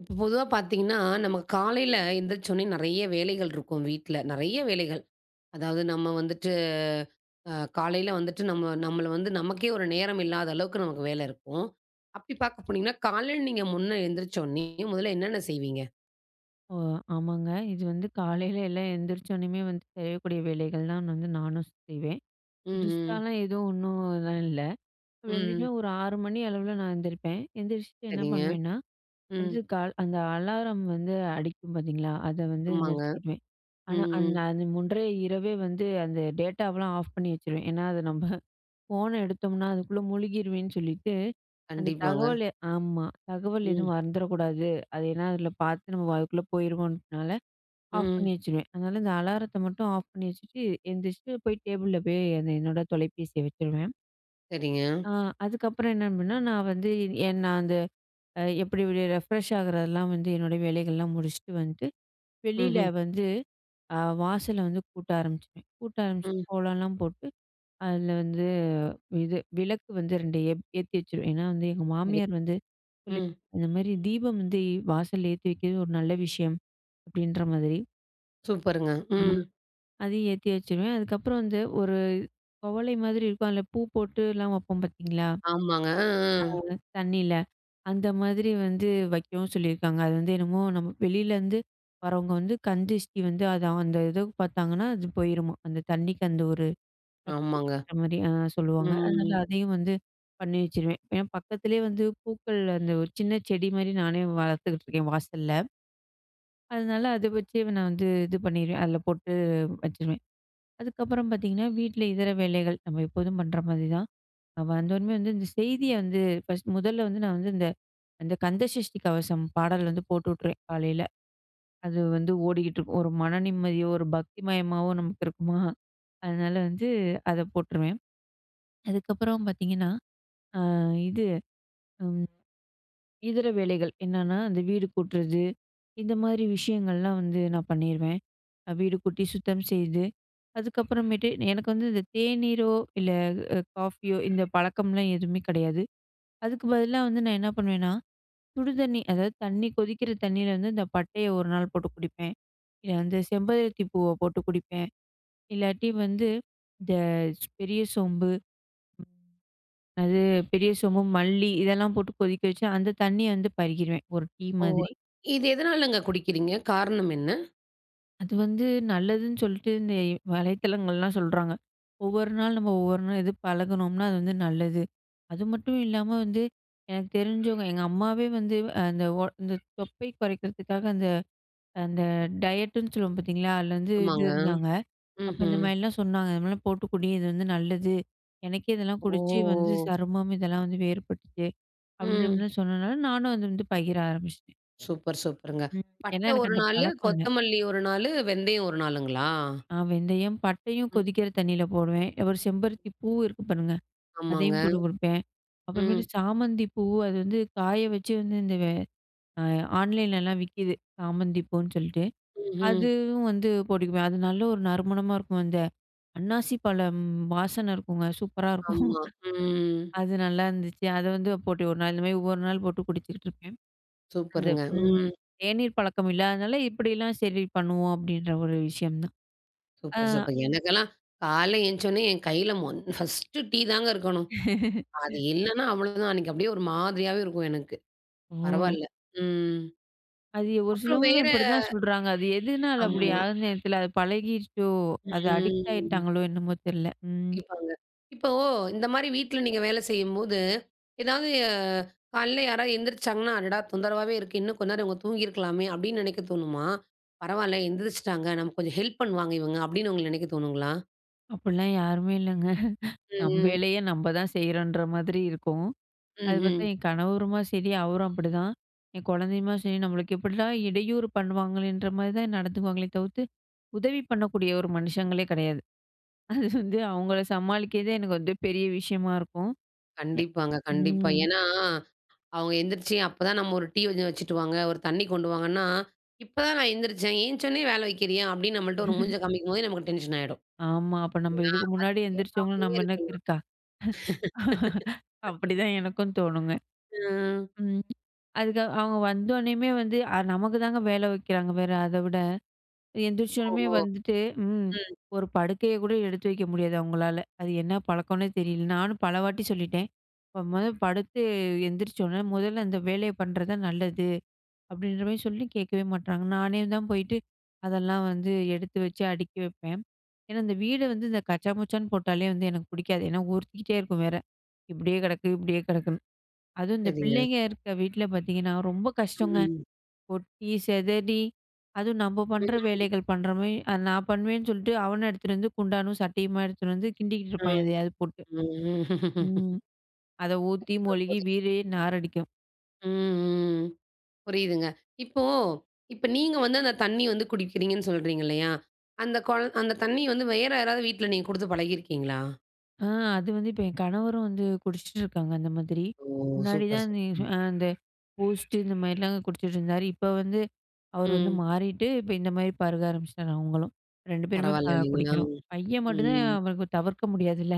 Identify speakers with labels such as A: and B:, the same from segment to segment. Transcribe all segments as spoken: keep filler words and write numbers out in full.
A: இப்போ பொதுவா பார்த்தீங்கன்னா, நம்ம காலையில எந்திரிச்சோனே நெறைய வேலைகள் இருக்கும் வீட்ல. நெறைய வேலைகள். அதாவது நம்ம வந்துட்டு அ காலையில வந்துட்டு நம்ம நம்மள வந்து நமக்கே ஒரு நேரம் இல்லாத அளவுக்கு நமக்கு வேலை இருக்கும். அப்படி பார்க்க போனீங்கன்னா, காலையில நீங்க முன்ன எந்திரிச்சோனே முதல்ல என்னென்ன செய்வீங்க?
B: ஓ! ஆமாங்க. இது வந்து காலையில எல்லாம் எந்திரிச்சோனயுமே வந்து செய்யக்கூடிய வேலைகள் தான் வந்து நானும் செய்வேன்.
A: ம்ஹ்ம். ம்.
B: புதுசாலாம் எதுவும் ஒண்ணும் இதெல்லாம் இல்ல. அப்படி
A: ம்
B: எந்திரிச்சா ஒரு ஆறு மணி அளவுல நான் எந்திரிப்பேன். எந்திரிச்சுட்டு என்ன
A: சரிங்க.
B: பண்ணுவேன்னா,
A: ம்.
B: வந்து கால் அந்த அலாரம் வந்து அடிக்கும் பார்த்தீங்களா? அத வந்து
A: ஆமாங்க.
B: நிறுத்திடுவேன்.
A: ம்,
B: ஆனா
A: ம்.
B: அந்த அந்த முன்றே இரவே வந்து அந்த டேட்டாவெல்லாம் ஆஃப் பண்ணி வச்சுருவேன். ஏன்னா, அது நம்ம ஃபோன எடுத்தோம்னா அதுக்குள்ள முழுகிருவேன்னு சொல்லிட்டு, அந்த
A: கண்டிப்பாங்க.
B: தகவல் ஆமா. தகவல்
A: ம்,
B: எதுவும் வந்துரக்கூடாது. அது ஏன்னா அதில பார்த்து நம்ம அதுக்குள்ள போயிருவோம்ன்றனால ஆஃப்
A: ம்.
B: பண்ணி வச்சுருவேன். அதனால இந்த அலாரத்த மட்டும் ஆஃப் பண்ணி வச்சுட்டு, எந்திரிச்சுட்டு போய் டேபிள்ல போய் அந்த என்னோட தொலைபேசிய வச்சுருவேன்.
A: சரிங்க.
B: அ அதுக்கப்புறம் என்ன அப்படின்னா, நான் வந்து என் நான் அந்த அ எப்படி இப்படி ரெஃப்ரெஷ் ஆகுறதெல்லாம் வந்து என்னோட வேலைகள்லாம் முடிச்சுட்டு வந்துட்டு, வெளியில
A: ம்ஹ்ம்.
B: வந்து அ வாசல வந்து கூட்ட ஆரம்பிச்சுருவேன். கூட்ட
A: ம்.
B: ஆரம்பிச்சுட்டு
A: ம்
B: கோலம்லாம் போட்டு, அதில வந்து இது விளக்கு வந்து ரெண்டு ஏ ஏத்தி வச்சுருவேன். ஏன்னா வந்து எங்க
A: சரி.
B: மாமியார் வந்து சொல்லி
A: ம்.
B: இந்த மாரி தீபம் வந்து வாசல்ல ஏத்தி வைக்கிறது ஒரு நல்ல விஷயம், அப்படின்ற மாதிரி.
A: சூப்பருங்க. ம்.
B: அதையும் ஏத்தி வச்சுருவேன். அதுக்கப்புறம் வந்து ஒரு குவளை மாதிரி இருக்கும். அதில பூ போட்டுலாம் வைப்போம் பார்த்தீங்களா?
A: ஆமாங்க. அ, அ.
B: தண்ணீல. அந்த மாதிரி வந்து வைக்கவும் சொல்லியிருக்காங்க. அது வந்து என்னமோ நம்ம வெளியிலேருந்து வரவங்க வந்து கண் திருஷ்டி வந்து அது அந்த இத பார்த்தாங்கன்னா, அது போயிருமா. அந்த தண்ணிக்கு அந்த ஒரு சக்தி
A: ஆமாங்க.
B: இருக்கிற மாரி ஆ சொல்லுவாங்க. அதனால
A: ம்.
B: அதையும் வந்து பண்ணி வச்சுருவேன். ஏன்னா பக்கத்திலேயே வந்து பூக்கள் அந்த ஒரு சின்ன செடி மாரி நானே வளர்த்துக்கிட்டு இருக்கேன் வாசல்ல. அதனால அத வச்சே நான் வந்து இது பண்ணிருவேன். அதில போட்டு வச்சுருவேன். அதுக்கப்புறம் பார்த்தீங்கன்னா, வீட்ல இதர வேலைகள் நம்ம எப்போதும் பண்ற மாதிரி தான். வந்தோனமே வந்து இந்த செய்திய வந்து ஃபர்ஸ்ட் முதல்ல வந்து நான் வந்து இந்த அந்த கந்தசஷ்டி கவசம் பாடல் வந்து போட்டு விட்டுருவேன் காலையில. அது வந்து ஓடிக்கிட்டு இருக்கும். ஒரு மன நிம்மதியோ, ஒரு பக்திமயமாவோ நமக்கு இருக்குமா, அதனால வந்து அத போட்டுருவேன். அதுக்கப்புறம் பார்த்தீங்கன்னா, அ இது ம் இதர வேலைகள் என்னன்னா, அந்த வீடு கூட்டுறது, இந்த மாதிரி விஷயங்கள்லாம் வந்து நான் பண்ணிருவேன். வீடு கூட்டி சுத்தம் செய்து, அதுக்கப்புறமேட்டு எனக்கு வந்து இந்த தேநீரோ, இல்ல அ காஃபியோ இந்த பழக்கம்லாம் எதுவுமே கிடையாது. அதுக்கு பதிலா வந்து நான் என்ன பண்ணுவேன்னா, சுடு தண்ணி அதாவது தண்ணி கொதிக்கிற தண்ணீல வந்து இந்த பட்டைய ஒரு நாள் போட்டு குடிப்பேன். இல்ல வந்து செம்பருத்தி பூவ போட்டு குடிப்பேன். இல்லாட்டி வந்து இந்த பெரிய சோம்பு, அது பெரிய சோம்பு, மல்லி இதெல்லாம் போட்டு கொதிக்க வச்சு அந்த தண்ணிய வந்து பருகிருவேன். ஒரு டீ
A: ஓ!
B: மாதிரி.
A: இது எதனாலங்க குடிக்கிறீங்க? காரணம் என்ன?
B: அது வந்து நல்லதுன்னு சொல்லிட்டு இந்த வலைத்தளங்கள்லாம் சொல்றாங்க. ஒவ்வொரு நாள் நம்ம ஒவ்வொரு நாள் எது பழகுனோம்னா, அது வந்து நல்லது. அது மட்டும் இல்லாம வந்து எனக்கு தெரிஞ்சவங்க எங்க அம்மாவே வந்து அந்த ஒ இந்த தொப்பை குறைக்கிறதுக்காக அந்த அந்த டயட்டுன்னு சொல்லுவோம் பார்த்தீங்களா? அதில வந்து இது
A: ஆமாங்க.
B: இருந்தாங்க. அப்ப இந்த
A: ம்ஹ்ம்.
B: மாதிரிலாம் சொன்னாங்க. "இது மாதிரிலாம் போட்டு குடி. இது வந்து நல்லது. எனக்கே இதெல்லாம் குடிச்சு வந்து
A: ஓ!
B: சருமம் இதெல்லாம் வந்து வேறுபட்டுச்சு."
A: ம்.
B: அப்படின்னு சொன்னனால நானும் அது வந்து பகிர ஆரம்பிச்சுட்டேன்.
A: சூப்பர், சூப்பருங்க.
B: ம். ஏன்னா
A: பட்டை
B: எனக்கு
A: ஒரு
B: அந்த
A: நாளு,
B: பழக்கம் இல்ல.
A: கொத்தமல்லி ஒரு நாளு, வெந்தயம் ஒரு நாளுங்களா?
B: ஆ வெந்தயம், பட்டையும்
A: ம்.
B: கொதிக்கிற தண்ணீல போடுவேன். ஒரு செம்பருத்தி பூ இருக்கு பாருங்க,
A: ஆமாங்க.
B: அதையும் போட்டு குடுப்பேன். அப்புறமேட்டு
A: ம்.
B: சாமந்தி பூ அது வந்து காய வச்சு வந்து இந்த வெ அ ஆன்லைன்லலாம் விக்கிது. சாமந்தி பூன்னு சொல்லிட்டு.
A: ம்ஹ்ம்.
B: அதுவும் வந்து போட்டுக்குவேன். அது நல்ல ஒரு நறுமணமா இருக்கும். அந்த அன்னாசி பழம் வாசனை இருக்குங்க. சூப்பரா இருக்கும்.
A: ஆமா. ம்.
B: அது நல்லா இருந்துச்சு. அத வந்து போட்டு ஒரு நாள் இந்த மாரி ஒவ்வொரு நாள் போட்டு குடிச்சுக்கிட்டு இருப்பேன். அந்த
A: சூப்பருங்க.
B: ம்
A: ம்.
B: தேநீர் பழக்கம் இல்லாதனால இப்படிலாம் சரி பண்ணுவோம் அப்படின்ற ஒரு விஷயம் தான். ஆ.
A: Super, super. எனக்கெல்லாம் காலைல எந்திச்சோனே என் கையில மொன் ஃபர்ஸ்ட்டு டீ தாங்க இருக்கணும். அது இல்லன்னா அவ்வளோதான். அன்னைக்கு அப்படியே ஒரு மாதிரியாவே இருக்கும் எனக்கு.
B: ஓ!
A: பரவால்ல. ம்.
B: அது ஒரு
A: அப்புறம்
B: சிலவங்களும்
A: வேற
B: இப்படிதான் சொல்றாங்க. அது எதுனால
A: ஆமா.
B: அப்படி ஆகுதுன்னு எனக்கு தெரியல. அது பழகிருச்சோ, அது அடிக்ட்
A: ம்.
B: ஆயிட்டாங்களோ என்னமோ தெரியல. ம்.
A: கண்டிப்பாங்க. இப்போ இந்த மாரி வீட்ல நீங்க வேலை செய்யும்போது, ஏதாவது அ காலையில யாராவது எந்திரிச்சாங்கன்னா, "அடடா! தொந்தரவாவே இருக்கு. இன்னும் கொஞ்ச நேரம் இவங்க தூங்கியிருக்கலாமே!" அப்படின்னு நினைக்க தோணுமா? "பரவால்ல எந்திரிச்சுட்டாங்க. நமக்கு கொஞ்சம் ஹெல்ப் பண்ணுவாங்க இவங்க." அப்படின்னு உங்களுக்கு நினைக்க தோணுங்களா?
B: அப்படிலாம் யாருமே இல்லங்க. நம்ம
A: ம்.
B: வேலைய நம்ம தான் செய்றோன்ற மாதிரி இருக்கும். அது பார்த்தா
A: ம்ஹ்ம்.
B: என் கணவருமா சரி, அவரும் அப்படிதான். என் குழந்தையுமா சரி, நம்மளுக்கு எப்படிலாம் இடையூறு பண்ணுவாங்களேன்ற மாதிரி தான் நடந்துக்குவாங்களே தவிர்த்து, உதவி பண்ணக்கூடிய ஒரு மனுஷங்களே கிடையாது. அது வந்து அவங்கள சமாளிக்கிறதே எனக்கு வந்து பெரிய விஷயமா இருக்கும். எ
A: கண்டிப்பாங்க, கண்டிப்பா.
B: ம்.
A: ஏன்னா, அவங்க எந்திரிச்சு அப்பதான் நம்ம ஒரு டீ கொஞ்சம் வச்சுட்டு வாங்க, ஒரு தண்ணி கொண்டு வாங்கன்னா, "இப்பதான் நான் எந்திரிச்சேன். ஏந்திச்சோனே வேலை வைக்கிறியா?" அப்படின்னு நம்மள்ட்ட ஒரு மூஞ்ச காமிக்கும்போதே நமக்கு டென்ஷன் ஆயிடும்.
B: ஆமா. அப்ப நம்ம
A: இல்லைங்களா?
B: இதுக்கு முன்னாடி எந்திரிச்சவங்களும்
A: கேட்காமலேயே
B: நம்ம என்ன
A: இருக்கலாம்.
B: இருக்கா? அப்படிதான் எனக்கும் தோணுங்க.
A: ம்.
B: ம். அதுக்கு அவங்க வந்தோனயுமே வந்து அ நமக்கு தாங்க வேலை வைக்கிறாங்க வேற அத விட. எந்திரிச்சோனமே
A: ஓஹோ!
B: வந்துட்டு, ம்.
A: ம்.
B: ஒரு படுக்கைய கூட எடுத்து வைக்க முடியாது அவங்களால. அது என்ன பழக்கம்னே தெரியல. நானும் பலவாட்டி சொல்லிட்டேன். "மொத படுத்து எந்திரிச்சோன முதல்ல அந்த வேலைய பண்றது தான் நல்லது." அப்படின்ற மாரி சொல்லி கேட்கவே மாட்றாங்க. நானே தான் போயிட்டு அதெல்லாம் வந்து எடுத்து வச்சு அடுக்கி வைப்பேன். ஏன்னா, இந்த வீடு வந்து இந்த கச்சாமுச்சான்னு போட்டாலே வந்து எனக்கு பிடிக்காது. ஏன்னா உறுத்திக்கிட்டே இருக்கும் வேற. இப்படியே கிடக்கு, இப்படியே கிடக்குன்னு. அதுவும் இந்த
A: சரிங்க.
B: பிள்ளைங்க இருக்க வீட்ல பார்த்தீங்கன்னா, ரொம்ப கஷ்டங்க.
A: ம்.
B: கொட்டி, செதறி அதுவும் நம்ம பண்ற
A: ம்.
B: வேலைகள் பண்ற மாரி அது நான் பண்ணுவேன்னு சொல்லிட்டு அவன எடுத்துட்டு வந்து குண்டானும், சட்டையுமா எடுத்துட்டு வந்து கிண்டிக்கிட்டு இருப்பான்
A: ம்.
B: எதையாவது போட்டு.
A: ம்.
B: ம். அத ஊத்தி,
A: கண்டிப்பா
B: மொழுகி
A: புரியுது.
B: வீடே நாரடிக்கும்.
A: ம். ம். புரியுதுங்க. இப்போ இப்ப நீங்க வந்து அந்த தண்ணி வந்து குடிக்கிறீங்கன்னு சொல்றீங்க இல்லையா? அந்த கொழ அந்த தண்ணி வந்து வேற யாராவது வீட்ல நீங்க குடுத்து பழகியிருக்கீங்களா?
B: ஆ அது வந்து இப்ப என் கணவரும் வந்து குடிச்சிட்டு இருக்காங்க அந்த மாதிரி.
A: ஓ!
B: முன்னாடி
A: சூப்பர்,
B: தான் நீ
A: சூப்பருங்க.
B: அ அந்த பூஸ்ட் இந்த மாதிரிலாம் குடிச்சிட்டு இருந்தாரு. இப்ப வந்து அவர் வந்து
A: ம்.
B: மாறிட்டு, இப்ப இந்த மாதிரி பருக ஆரம்பிச்சுட்டாரு அவங்களும். ரெண்டு பேருமே ப
A: பரவால்ல இல்லைங்களா?
B: குடிக்கிறோம். பையன் மட்டும் தான்
A: ம்.
B: அவனுக்கு தவிர்க்க முடியாதுல்ல.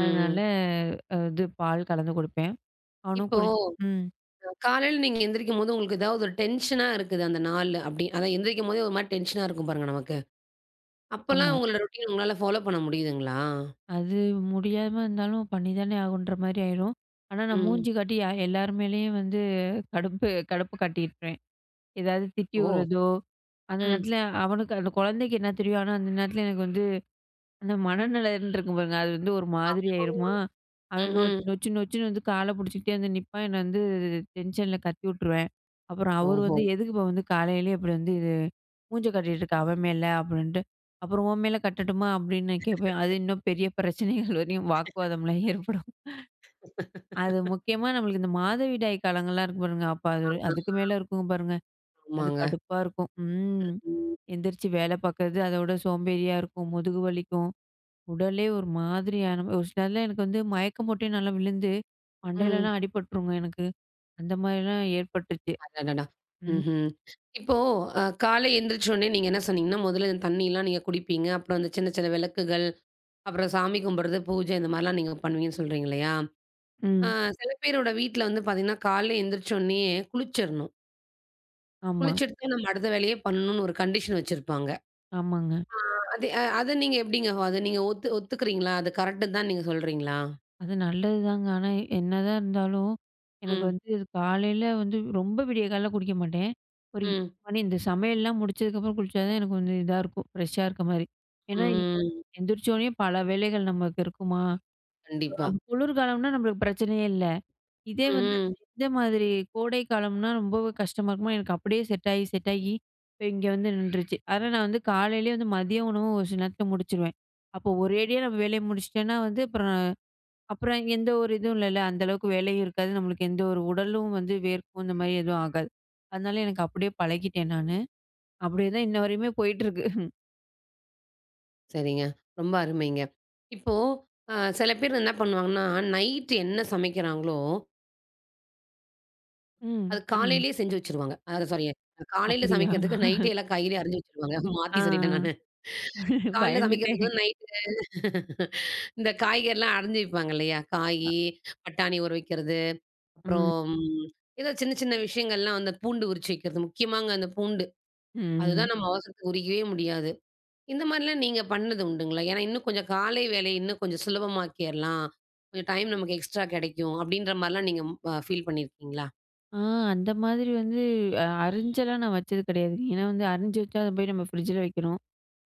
B: அதனால அ இது பால் கலந்து குடுப்பேன். அவனும்
A: இப்போ
B: குடிச் ம்.
A: காலையில நீங்க எந்திரிக்கும்போது உங்களுக்கு ஏதாவது ஒரு டென்ஷனா இருக்குது அந்த நாள் அப்படி அதான் எந்திரிக்கும்போதே ஒரு மாரி டென்ஷனா இருக்கும் பாருங்க நமக்கு. அப்பலாம்
B: ஆமா.
A: உங்களோட ரொட்டீன் உங்களால ஃபாலோ பண்ண முடியுதுங்களா?
B: அது முடியாம இருந்தாலும் பண்ணி தானே ஆகணுன்ற மாதிரி ஆயிரும். ஆனா நான்
A: ம்.
B: மூஞ்சி காட்டி யா எல்லார் மேலயும் வந்து கடுப்பு கடுப்பு காட்டிருப்பேன். ஏதாவது திட்டி
A: ஓ!
B: விடுறதோ, அந்த
A: ம்.
B: நேரத்துல அவனுக்கு அந்த குழந்தைக்கு என்ன தெரியும்? ஆனா அந்த நேரத்துல எனக்கு வந்து அந்த மனநலன் இருக்கும் பாருங்க. அது வந்து ஒரு
A: ஆமா.
B: மாதிரி ஆயிருமா. அவன் நொ
A: ம்.
B: நொச்சு நொச்சுன்னு வந்து கால புடிச்சுக்கிட்டே வந்து நிப்பான். என்ன வந்து டென்ஷன்ல கத்தி விட்டுருவேன். அப்புறம் அவரு
A: ஓஹோ!
B: வந்து எதுக்குப்பா வந்து காலையிலயே இப்படி வந்து இது மூஞ்ச காட்டிட்டு இருக்க அவன் மேல அப்படின்ட்டு. அப்புறம் உன் மேல கட்டட்டுமா அப்படின்னு நான் கேட்பேன். அது இன்னும் பெரிய பிரச்சனைகள் வரையும் வாக்குவாதம்லாம் ஏற்படும். அது முக்கியமா நம்மளுக்கு இந்த மாதவிடாய் காலங்கள்லாம் இருக்கு பாருங்க. அப்ப அது
A: ஆ,
B: அதுக்கு மேல இருக்குங்க பாருங்க. அது
A: ஆமாங்க.
B: கடுப்பா இருக்கும். ம்.
A: ம்.
B: எந்திரிச்சு வேல பார்க்கறது, அதோட சோம்பேறியா இருக்கும். முதுகு வலிக்கும். உடலே ஒரு மாதிரியான ஒரு சில நேரத்துல எனக்கு வந்து மயக்கம் போட்டே நல்லா விழுந்து,
A: ம்.
B: மண்டையிலலாம் அடிபட்டுருங்க எனக்கு. அந்த மாரிலாம் ஏற்பட்டுச்சு.
A: அடடடா!
B: ம்.
A: ம்ஹ்ம். இப்போ அ காலை எந்திரிச்ச உடனே நீங்க என்ன சொன்னீங்கன்னா, முதல்ல இந்த தண்ணிலாம் நீங்க குடிப்பீங்க. அப்புறம் அந்த சின்ன சின்ன விளக்குகள், அப்புறம் சாமி கும்பிடுறது, பூஜை இந்த மாரிலாம் நீங்க பண்ணுவீங்கன்னு சொல்றீங்க இல்லையா? ஆ
B: ம்.
A: சில பேரோட வீட்ல வந்து பார்த்தீங்கன்னா, காலைல எந்திரிச்ச உடனேயே குளிச்சிரணும்.
B: ஆமா.
A: குளிச்சுட்டு தான் நம்ம அடுத்த வேலையே பண்ணணும்னு ஒரு கண்டிஷன் வச்சிருப்பாங்க.
B: ஆமாங்க.
A: அது அ அத நீங்க எப்படிங்க? அத நீங்க ஒத்து ஒத்துக்கிறீங்களா? அது கரெக்ட்ன்னு தான் நீங்க சொல்றீங்களா?
B: அது நல்லதுதாங்க. ஆனா என்னதான் இருந்தாலும், எனக்கு
A: ம்.
B: வந்து இது காலையில வந்து ரொம்ப விடிய காலைல குடிக்க மாட்டேன். ஒரு எட்டு
A: ம்.
B: மணி இந்த சமையல்லாம் முடிச்சதுக்கப்புறம் குளிச்சா தான் எனக்கு வந்து இதா இருக்கும். ஃப்ரெஷ்ஷா இருக்க மாரி. ஏன்னா இப்ப
A: ம்.
B: எந்திரிச்சோனே பல வேலைகள் நமக்கு இருக்குமா? ஆமா.
A: கண்டிப்பா.
B: குளிர்காலம்னா நம்மளுக்கு பிரச்சனையே இல்ல. இதே வந்து ம்.
A: ம்.
B: இந்த மாதிரி கோடை காலம்னா ரொம்பவே கஷ்டமா இருக்குமா, எனக்கு அப்படியே செட் ஆகி, செட் ஆகி இப்ப இங்க வந்து நின்றுச்சு. அதனால நான் வந்து காலையிலேயே வந்து மதிய உணவு ஒரு சில நேரத்துல முடிச்சுருவேன். அப்போ ஒரேடியா நம்ம வேலைய முடிச்சுட்டேன்னா வந்து அப்புறம் அப்புறம் எந்த ஒரு இதுவும் இல்லல. அந்த அளவுக்கு வேலையும் இருக்காது. நம்மளுக்கு எந்த ஒரு உடலும் வந்து வேர்க்கும் இந்த மாரி எதுவும் ஆகாது. அதனால எனக்கு அப்படியே பழகிட்டேன் நானு. அப்படியே தான் இன்ன வரையுமே போயிட்டுருக்கு.
A: சரிங்க. ரொம்ப அருமைங்க. இப்போ அ சில பேர் என்ன பண்ணுவாங்கன்னா, நைட் என்ன சமைக்கிறாங்களோ,
B: ம்.
A: அது
B: சொல்லுங்க.
A: காலையிலேயே செஞ்சு வச்சுருவாங்க. அ சாரி காலையில
B: அப்படியா?
A: சமைக்கிறதுக்கு நைட்டே எல்லா காய்கறியும் அரிஞ்சு வச்சுருவாங்க. மாத்தி
B: ஆ.
A: சொல்லிட்டேன் நானு. காலைல சமைக்கிறதுக்கு
B: பயந்துட்டேன்.
A: நைட்டு இந்த காய்கறிலாம் அரிஞ்சு வைப்பாங்க இல்லையா? காயி, பட்டாணி ஊற வைக்கிறது,
B: ம்.
A: அப்புறம் ஏதோ சின்ன சின்ன விஷயங்கள்லாம் அந்த பூண்டு உரிச்சு வைக்கிறது. முக்கியமாங்க அந்த பூண்டு.
B: ம்.
A: அதுதான் நம்ம அவசரத்துக்கு உரிக்கவே முடியாது. இந்த மாரிலாம் நீங்க பண்ணது உண்டுங்களா? ஏன்னா இன்னும் கொஞ்சம் காலை வேலைய இன்னும் கொஞ்சம் சுலபமாக்கியர்லாம். கொஞ்சம் டைம் நமக்கு எக்ஸ்ட்ரா கிடைக்கும். அப்படின்ற மாரிலாம் நீங்க அ ஃபீல் பண்ணியிருக்கீங்களா?
B: ஆ அந்த மாதிரி வந்து அ அரிஞ்செல்லாம் நான் வச்சது கிடையாதுங்க. ஏன்னா வந்து அரிஞ்சு வச்சா அத போய் நம்ம ஃப்ரிட்ஜில வைக்கணும்.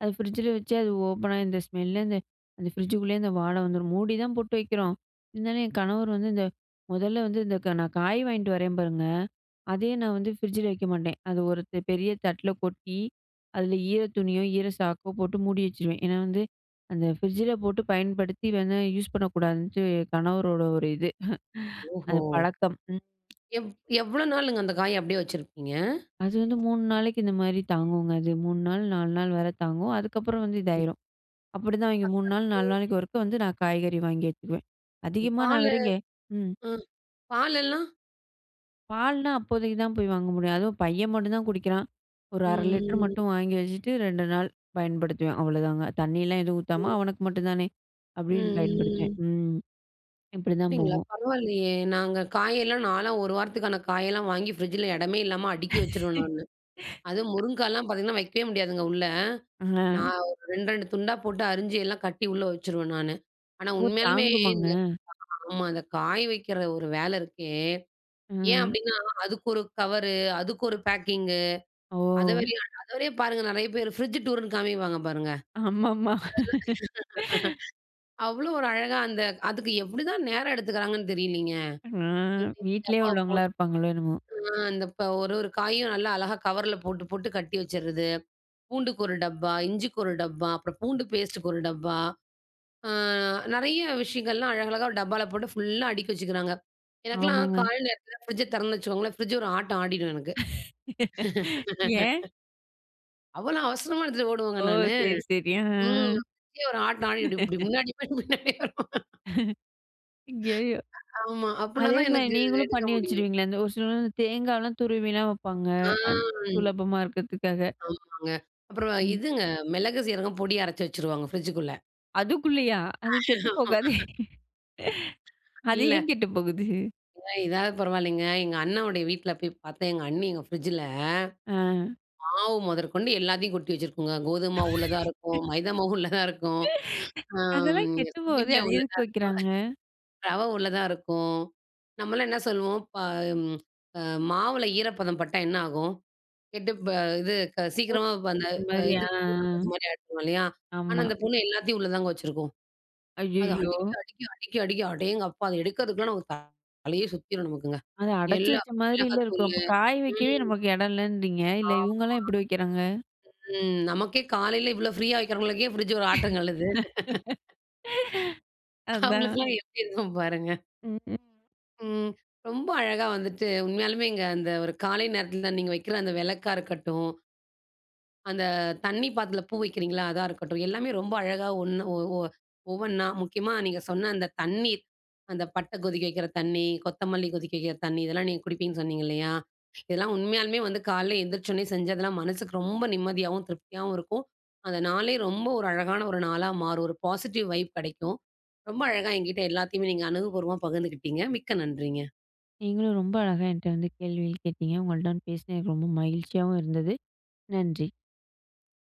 B: அது ஃப்ரிட்ஜில வச்சு அது ஓப்பனா இந்த ஸ்மெல்லு அந்த அந்த ஃப்ரிட்ஜுக்குள்ளேயே அந்த வாடை வந்துரும். மூடி தான் போட்டு வைக்கிறோம். இருந்தாலும் என் கணவர் வந்து இந்த முதல்ல வந்து இந்த க நான் காய் வாங்கிட்டு வரேன் பாருங்க, அதையே நான் வந்து ஃப்ரிட்ஜில வைக்க மாட்டேன். அது ஒரு த பெரிய தட்ல கொட்டி, அதில ஈர துணியோ, ஈர சாக்கோ போட்டு மூடி வச்சுருவேன். ஏன்னா வந்து அந்த ஃப்ரிட்ஜில போட்டு பயன்படுத்தி வேணா யூஸ் பண்ணக்கூடாதுன்ட்டு கணவரோட ஒரு இது.
A: ஓஹோ!
B: அந்த பழக்கம். ம்.
A: எவ் எவ்வளோ நாளுங்க அந்த காய அப்படியே வச்சிருப்பீங்க?
B: அது வந்து மூணு நாளைக்கு இந்த மாரி தாங்குங்க அது. மூணு நாள், நாலு நாள் வர தாங்கும். அதுக்கப்புறம் வந்து
A: ம்.
B: இதாயிரும். அப்படிதான் அவைங்க மூணு நாள், நாலு
A: ம்.
B: நாளைக்கு ஒருக்க வந்து நான் காய்கறி வாங்கி வச்சுக்குவேன். அதிகமா நான்
A: பாலு
B: வேற இங்க ம்.
A: அ பாலெல்லாம்?
B: பால்னா அப்போதைக்கு தான் போய் வாங்க முடியும். அதுவும் பையன் மட்டும் தான் குடிக்கிறான். ஒரு அரை லிட்டர்
A: ம்,
B: மட்டும் வாங்கி வச்சுட்டு ரெண்டு நாள் பயன்படுத்துவேன். அவ்வளோதாங்க. தண்ணிலாம் எதுவும் ஊத்தாம
A: ம்.
B: அவனுக்கு மட்டும் தானே
A: ம்,
B: அப்படின்னு பயன்படுத்துவேன்.
A: ம்.
B: ம். இப்படிதான்
A: அப்படிங்களா?
B: போகும்.
A: பரவாயில்லையே! நாங்க காயெல்லாம் நான்லாம் ஒரு வாரத்துக்கான காயெல்லாம் வாங்கி ஃப்ரிட்ஜ்ல இடமே இல்லாம அடுக்கி வச்சுருவேன் நானு. அதுவும் முருங்காலாம் பார்த்தீங்கன்னா, வைக்கவே முடியாதுங்க உள்ள.
B: ஆ.
A: நான் ஒரு ரெண்டு, ரெண்டு துண்டா போட்டு அரிஞ்சு எல்லாம் கட்டி உள்ள வச்சுருவேன் நானு. ஆனா
B: ஓ!
A: உண்மையாலுமே
B: தாங்குமாங்க.
A: இந்த ஆமா அந்த காய வைக்கிற ஒரு வேலை இருக்கே, ஏன்
B: ம்.
A: அப்டின்னா, அதுக்கு ஒரு கவரு, அதுக்கு ஒரு பேக்கிங்கு,
B: ஓ!
A: அத வேறையும் அத வேறையும் பாருங்க நெறைய பேர் ஃப்ரிட்ஜ் டூர்ன்னு காமிப்பாங்க பாருங்க.
B: ஆமாமா.
A: அவ்ளோ ஒரு அழகா அந்த அதுக்கு எப்டிதான் நேரம் எடுத்துக்கிறாங்கன்னு தெரியலீங்க.
B: ஆ
A: இது இது
B: வீட்லயே
A: டப்பா
B: உள்ளவங்களா இருப்பாங்களோ என்னமோ!
A: ஆ அந்த ப ஒரு ஒரு காயும் நல்லா அழகா கவர்ல போட்டு போட்டு கட்டி வச்சுறது. பூண்டுக்கு ஒரு டப்பா, இஞ்சிக்கு ஒரு டப்பா, அப்புறம் பூண்டு பேஸ்ட்டுக்கு ஒரு டப்பா. ஆ நெறைய விஷயங்கள்லாம் அழகழகா ஒரு டப்பால போட்டு ஃபுல்லா அடுக்கி வச்சுக்கிறாங்க. எனக்கெல்லாம்
B: ஆமாங்க.
A: காலை நேரத்தில ஃப்ரிட்ஜ திறந்து வச்சுக்கோங்களேன், ஃப்ரிட்ஜ் ஒரு ஆட்டம் ஆடிடும் எனக்கு.
B: ஏன்?
A: அவ்வளோ அவசரமா எடுத்துட்டு ஓடுவேங்க
B: ஓ!
A: நானு.
B: சரி, சரி. ஆ.
A: ம். ஃப்ரிட்ஜே ஒரு ஆட்டம் ஆடிடும். இப்டி இப்டி முன்னாடி போய் பின்னாடி வரும்.
B: ஐய்யயோ!
A: ஆமா. அப்பனா
B: அதே
A: தான்
B: மாரி
A: எனக்கு
B: நீங்களும்
A: எடுக்க
B: பண்ணி
A: முடியும்.
B: வச்சுருவீங்களா? இந்த ஒரு சிலவங்க வந்து தேங்காலாம் துருவிலாம் வப்பாங்க. அது
A: ஆ
B: சுலபமா இருக்கறதுக்காக.
A: ஆமாங்க. அப்புறம்
B: ம்.
A: இதுங்க மிளகு, சீரகம் பொடி அரைச்சு வச்சுருவாங்க ஃப்ரிட்ஜுக்குள்ள.
B: அதுக்குள்ளயா? அது கெட்டு போகாதே! அது
A: இல்ல
B: ஏன் கெட்டு போகுது?
A: இதாவது பரவாயில்லைங்க. எங்க அண்ணாவுடைய வீட்ல போய் பார்த்தேன், எங்க அண்ணி எங்க ஃப்ரிட்ஜில
B: ஆ.
A: மாவு முதற்கொண்டு எல்லாத்தையும் கொட்டி வச்சிருக்குங்க. கோதும மாவு உள்ள தான் இருக்கும், மைதா மாவு உள்ள தான் இருக்கும். ஆம்.
B: அதெல்லாம் கெட்டு போகுதே!
A: சேமியா
B: அது
A: உள்ள
B: எதுக்கு
A: தான்,
B: வைக்கிறாங்க?
A: ரவை உள்ள தான் இருக்கும். நம்மலாம் என்ன சொல்லுவோம், ப ம் அ மாவுல ஈரப்பதம் பட்டா என்ன ஆகும்? கெட்டு ப இது க சீக்கிரமா இப்ப அந்த
B: புடிச்ச
A: அ
B: மாதிரி
A: இது
B: ஆ, ஆ.
A: பூரணப்பதம் மாரி ஆயிடும் இல்லையா? ஆனா,
B: ஆமா.
A: அந்த பொண்ணு எல்லாத்தையும் உள்ள தாங்க வச்சிருக்கும். அது
B: ஐய்யயோ!
A: அடுக்கி, அடுக்கி, அடுக்கி, அடுக்கி அடேங்கப்பா! அத எடுக்கிறதுக்குள்ள நமக்கு த- தலையே சுத்திரும் நமக்குங்க.
B: அது அடைச்சு
A: எல்லா
B: வச்ச மாதிரில்ல இருக்கும்.
A: மிளகாத்தூளு
B: அப்ப காய வைக்கவே
A: ம்.
B: நமக்கு இடம் இல்லன்றீங்க. இல்ல
A: ஆம்.
B: இவங்கலாம் எப்படி வைக்கிறாங்க?
A: நமக்கே காலையில இவ்ளோ ஃப்ரீயா வைக்கிறவங்களுக்கே ஃப்ரிட்ஜ் ஒரு ஆட்டங்கள்ளுது.
B: அதான்.
A: அவங்களுக்கெல்லாம் எப்படி இருக்கும் பாருங்க.
B: ம், ம்.
A: ம். ரொம்ப அழகா வந்துட்டு உண்மையாலுமேங்க அந்த ஒரு காலை நேரத்துல நீங்க வைக்கிற அந்த விளக்கா இருக்கட்டும், அந்த தண்ணி பாத்திரத்துல பூ வைக்கிறீங்களா? அதா இருக்கட்டும். எல்லாமே ரொம்ப அழகா ஒண்ணு ஒ ஒ ஒவ்வொன்னா முக்கியமா நீங்க சொன்ன அந்த தண்ணீர், அந்த பட்டை கொதிக்க வைக்கிற தண்ணி, கொத்தமல்லி கொதிக்க வைக்கிற தண்ணி, இதெல்லாம் நீங்க குடிப்பீங்கன்னு சொன்னீங்க இல்லையா? இதெல்லாம் உண்மையாலுமே வந்து காலைல எந்திரிச்சோனே செஞ்சதெல்லாம் மனசுக்கு ரொம்ப நிம்மதியாவும், திருப்தியாவும் இருக்கும். அந்த நாளே ரொம்ப ஒரு அழகான ஒரு நாளா மாறும். ஒரு பாசிட்டிவ் வைப் கெடைக்கும். ரொம்ப அழகா என்கிட்ட எல்லாத்தையுமே நீங்க அனுபவபூர்வமா பகிர்ந்துக்கிட்டீங்க. மிக்க நன்றிங்க.
B: நீங்களும் ரொம்ப அழகா என்கிட்ட வந்து கேள்விகள் கேட்டீங்க. உங்கள்ட்ட வந்து பேசினது எனக்கு ரொம்ப மகிழ்ச்சியாவும் இருந்தது. நன்றி.